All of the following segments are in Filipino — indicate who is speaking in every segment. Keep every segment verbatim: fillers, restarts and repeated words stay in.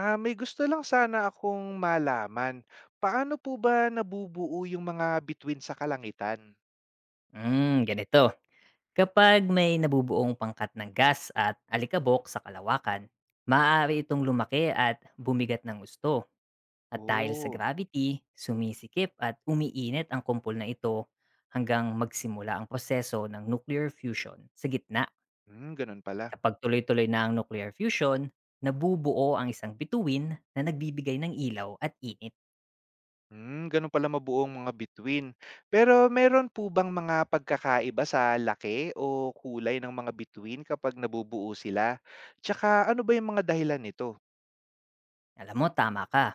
Speaker 1: Ah, may gusto lang sana akong malaman. Paano po ba nabubuo yung mga bituin sa kalangitan?
Speaker 2: Hmm, ganito. Kapag may nabubuong pangkat ng gas at alikabok sa kalawakan, maaari itong lumaki at bumigat ng gusto. At dahil sa
Speaker 1: Oh,
Speaker 2: gravity, sumisikip at umiinit ang kumpol na ito hanggang magsimula ang proseso ng nuclear fusion sa gitna.
Speaker 1: hmm, ganun pala.
Speaker 2: Kapag tuloy-tuloy na ang nuclear fusion, nabubuo ang isang bituin na nagbibigay ng ilaw at init.
Speaker 1: Hmm, ganun pala mabuo ang mga bituin. Pero meron po bang mga pagkakaiba sa laki o kulay ng mga bituin kapag nabubuo sila? Tsaka ano ba yung mga dahilan nito?
Speaker 2: Alam mo, tama ka.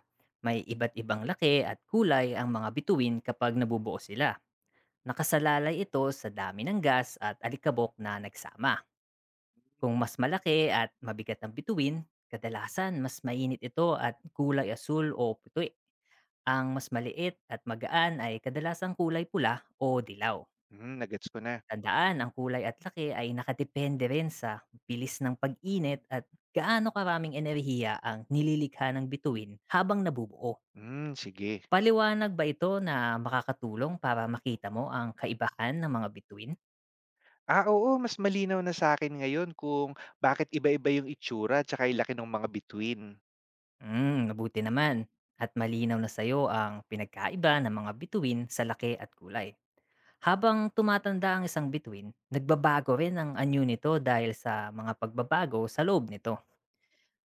Speaker 2: May iba't ibang laki at kulay ang mga bituin kapag nabubuo sila. Nakasalalay ito sa dami ng gas at alikabok na nagsama. Kung mas malaki at mabigat ang bituin, kadalasan mas mainit ito at kulay asul o puti. Ang mas maliit at magaan ay kadalasang kulay pula o dilaw.
Speaker 1: Hmm, nagets ko na.
Speaker 2: Tandaan, ang kulay at laki ay nakadepende rin sa bilis ng pag-init at gaano karaming enerhiya ang nililikha ng bituin habang nabubuo.
Speaker 1: Hmm, sige.
Speaker 2: Paliwanag ba ito na makakatulong para makita mo ang kaibahan ng mga bituin?
Speaker 1: Ah, oo, mas malinaw na sa akin ngayon kung bakit iba-iba yung itsura tsaka yung laki ng mga bituin.
Speaker 2: Mm, mabuti naman. At malinaw na sa'yo ang pinagkaiba ng mga bituin sa laki at kulay. Habang tumatanda ang isang bituin, nagbabago rin ang anyo nito dahil sa mga pagbabago sa loob nito.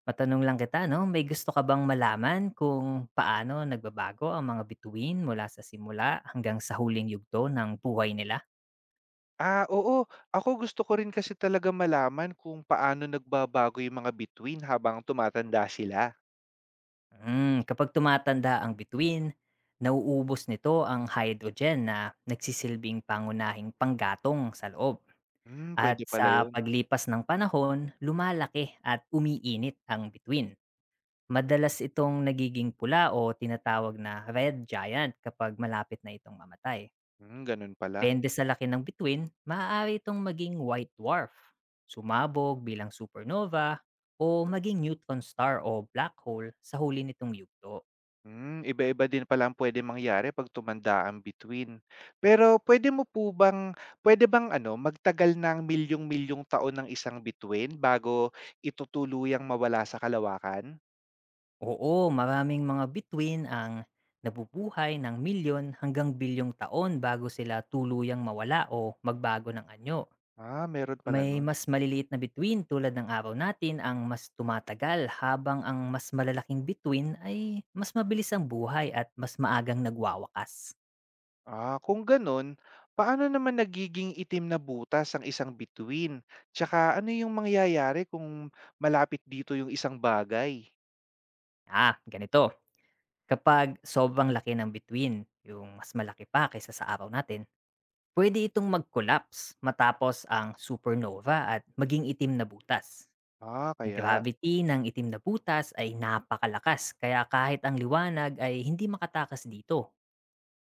Speaker 2: Matanong lang kita, no? May gusto ka bang malaman kung paano nagbabago ang mga bituin mula sa simula hanggang sa huling yugto ng buhay nila?
Speaker 1: Ah, oo. Ako gusto ko rin kasi talaga malaman kung paano nagbabago yung mga bituin habang tumatanda sila.
Speaker 2: Mm, kapag tumatanda ang bituin, nauubos nito ang hydrogen na nagsisilbing pangunahing panggatong sa loob.
Speaker 1: Hmm,
Speaker 2: At
Speaker 1: pwede
Speaker 2: sa
Speaker 1: pala yun.
Speaker 2: paglipas ng panahon, lumalaki at umiinit ang bituin. Madalas itong nagiging pula o tinatawag na red giant kapag malapit na itong mamatay.
Speaker 1: Hmm, ganun pala.
Speaker 2: Depende sa laki ng bituin, maaari itong maging white dwarf, sumabog bilang supernova, o maging neutron star o black hole sa huli nitong yugto.
Speaker 1: Hmm, iba-iba din pala ang puwedeng mangyari 'pag tumanda ang bituin. Pero pwede mo po bang pwede bang ano, magtagal ng milyong-milyong taon ng isang bituin bago ito tuluyang mawala sa kalawakan?
Speaker 2: Oo, maraming mga bituin ang nabubuhay ng milyon hanggang bilyong taon bago sila tuluyang mawala o magbago ng anyo.
Speaker 1: Ah, meron pala
Speaker 2: May
Speaker 1: nun.
Speaker 2: mas maliliit na bituin tulad ng araw natin ang mas tumatagal habang ang mas malalaking bituin ay mas mabilis ang buhay at mas maagang nagwawakas.
Speaker 1: Ah, kung ganun, paano naman nagiging itim na butas ang isang bituin? Tsaka ano yung mangyayari kung malapit dito yung isang bagay?
Speaker 2: Ah, ganito. Kapag sobrang laki ng bituin, yung mas malaki pa kaysa sa araw natin, pwede itong mag-collapse matapos ang supernova at maging itim na butas.
Speaker 1: Ah,
Speaker 2: Ang
Speaker 1: kaya.
Speaker 2: gravity ng itim na butas ay napakalakas kaya kahit ang liwanag ay hindi makatakas dito.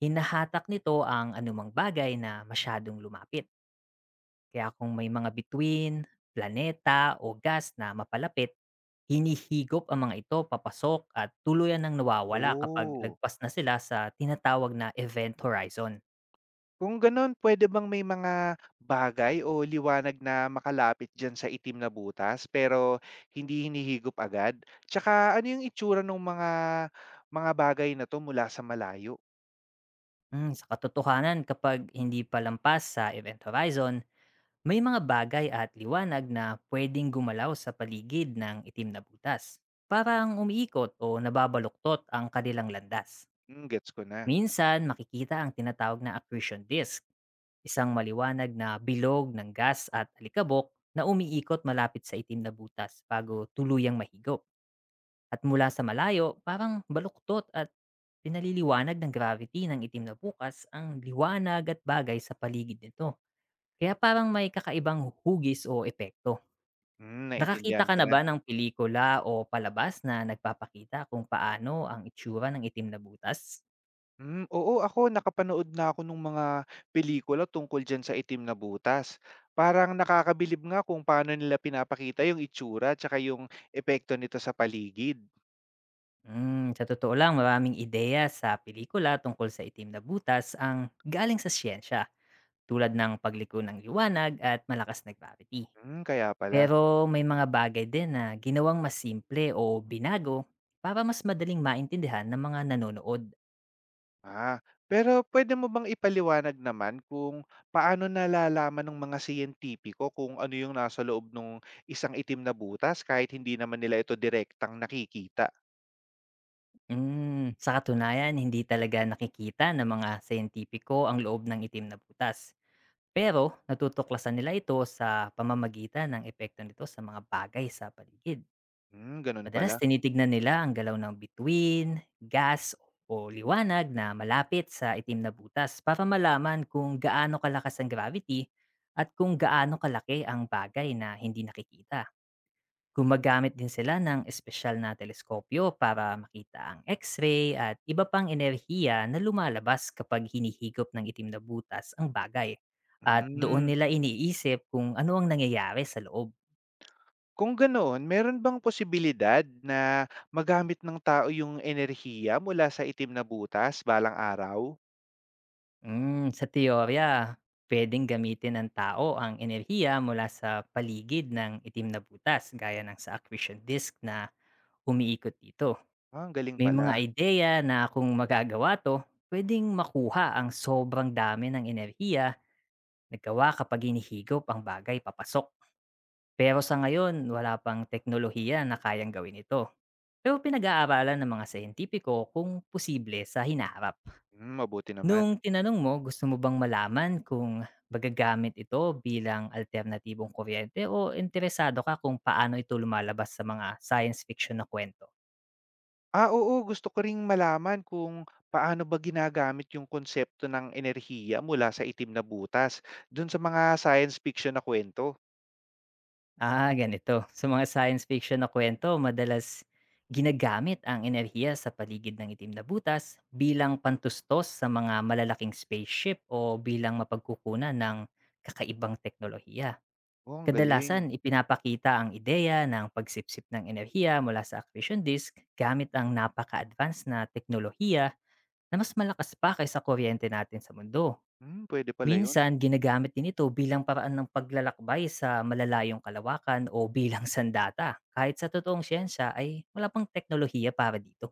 Speaker 2: Hinahatak nito ang anumang bagay na masyadong lumapit. Kaya kung may mga bituin, planeta o gas na mapalapit, hinihigop ang mga ito papasok at tuluyan ng nawawala kapag
Speaker 1: Oh.
Speaker 2: lagpas na sila sa tinatawag na event horizon.
Speaker 1: Kung ganun, pwede bang may mga bagay o liwanag na makalapit dyan sa itim na butas pero hindi hinihigop agad? Tsaka ano yung itsura ng mga mga bagay na to mula sa malayo?
Speaker 2: Mm, sa katotohanan, kapag hindi palampas sa event horizon, may mga bagay at liwanag na pwedeng gumalaw sa paligid ng itim na butas. Parang umiikot o nababaluktot ang kanilang landas.
Speaker 1: Hmm, gets ko na.
Speaker 2: Minsan makikita ang tinatawag na accretion disk, isang maliwanag na bilog ng gas at alikabok na umiikot malapit sa itim na butas bago tuluyang mahigop. At mula sa malayo, parang baluktot at pinaliliwanag ng gravity ng itim na bukas ang liwanag at bagay sa paligid nito. Kaya parang may kakaibang hugis o epekto.
Speaker 1: Hmm,
Speaker 2: Nakakita
Speaker 1: naintindihan
Speaker 2: ka
Speaker 1: ko
Speaker 2: na
Speaker 1: na.
Speaker 2: ba ng pelikula o palabas na nagpapakita kung paano ang itsura ng itim na butas?
Speaker 1: Hmm, oo ako nakapanood na ako ng mga pelikula tungkol diyan sa itim na butas. Parang nakakabilib nga kung paano nila pinapakita yung itsura tsaka yung epekto nito sa paligid.
Speaker 2: Mm, sa totoo lang, maraming ideya sa pelikula tungkol sa itim na butas ang galing sa siyensya, tulad ng pagliko ng liwanag at malakas na gravity.
Speaker 1: Hmm, kaya pala.
Speaker 2: Pero may mga bagay din na ginawang mas simple o binago para mas madaling maintindihan ng mga nanonood.
Speaker 1: Ah, pero pwede mo bang ipaliwanag naman kung paano nalalaman ng mga siyentipiko kung ano yung nasa loob nung isang itim na butas kahit hindi naman nila ito direktang nakikita?
Speaker 2: Mm, sa katunayan, hindi talaga nakikita ng mga scientifico ang loob ng itim na butas. Pero natutuklasan nila ito sa pamamagitan ng epekto nito sa mga bagay sa paligid.
Speaker 1: Hmm, ganun
Speaker 2: Madalas
Speaker 1: pala.
Speaker 2: tinitignan nila ang galaw ng bituin, gas o liwanag na malapit sa itim na butas para malaman kung gaano kalakas ang gravity at kung gaano kalaki ang bagay na hindi nakikita. Gumagamit din sila ng espesyal na teleskopyo para makita ang x-ray at iba pang enerhiya na lumalabas kapag hinihigop ng itim na butas ang bagay. At doon
Speaker 1: Hmm.
Speaker 2: nila iniisip kung ano ang nangyayari sa loob.
Speaker 1: Kung ganoon, meron bang posibilidad na magamit ng tao yung enerhiya mula sa itim na butas balang araw?
Speaker 2: Hmm, sa teorya, puwedeng gamitin ng tao ang enerhiya mula sa paligid ng itim na butas gaya ng sa accretion disk na umiikot dito.
Speaker 1: Ah, ang galing
Speaker 2: May mga
Speaker 1: pala.
Speaker 2: ideya na kung magagawa to, puwedeng makuha ang sobrang dami ng enerhiya na gawa kapag hinihigop ang bagay papasok. Pero sa ngayon, wala pang teknolohiya na kayang gawin ito. Pero pinag-aaralan ng mga siyentipiko kung posible sa hinaharap.
Speaker 1: Hmm, mabuti naman.
Speaker 2: Nung tinanong mo, gusto mo bang malaman kung magagamit ito bilang alternatibong kuryente o interesado ka kung paano ito lumalabas sa mga science fiction na kwento?
Speaker 1: Ah, oo, gusto ko ring malaman kung paano ba ginagamit yung konsepto ng enerhiya mula sa itim na butas dun sa mga science fiction na kwento.
Speaker 2: Ah, ganito. Sa mga science fiction na kwento, madalas ginagamit ang enerhiya sa paligid ng itim na butas bilang pantustos sa mga malalaking spaceship o bilang mapagkukunan ng kakaibang teknolohiya.
Speaker 1: Oh, ang galing.
Speaker 2: Kadalasan, ipinapakita ang ideya ng pagsipsip ng enerhiya mula sa accretion disk gamit ang napaka-advanced na teknolohiya na mas malakas pa kaysa kuryente natin sa mundo.
Speaker 1: Hmm, pwede pala yun.
Speaker 2: Minsan, ginagamit din ito bilang paraan ng paglalakbay sa malalayong kalawakan o bilang sandata. Kahit sa totoong siyensya ay wala pang teknolohiya para dito.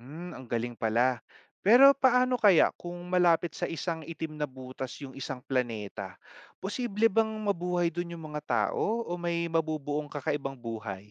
Speaker 1: Hmm, ang galing pala. Pero paano kaya kung malapit sa isang itim na butas yung isang planeta? Posible bang mabuhay dun yung mga tao o may mabubuong kakaibang buhay?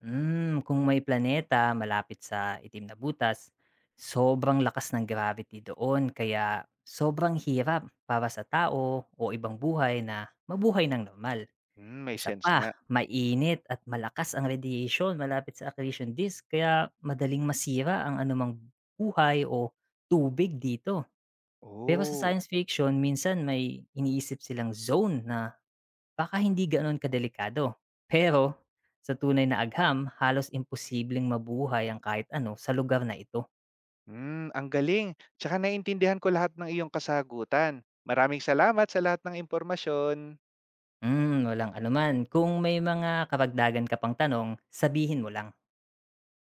Speaker 2: Hmm, kung may planeta malapit sa itim na butas, sobrang lakas ng gravity doon kaya sobrang hirap para sa tao o ibang buhay na mabuhay ng normal.
Speaker 1: Hmm, may
Speaker 2: Isa
Speaker 1: sense nga.
Speaker 2: pa, mainit at malakas ang radiation malapit sa accretion disk kaya madaling masira ang anumang buhay o tubig dito. Pero sa
Speaker 1: Oh,
Speaker 2: science fiction, minsan may iniisip silang zone na baka hindi gano'n kadelikado, pero sa tunay na agham halos imposibleng mabuhay ang kahit ano sa lugar na ito.
Speaker 1: hmm, ang galing. Tsaka naintindihan ko lahat ng iyong kasagutan. Maraming salamat sa lahat ng impormasyon.
Speaker 2: Hmm, walang anuman. Kung may mga karagdagan ka pang tanong, sabihin mo lang.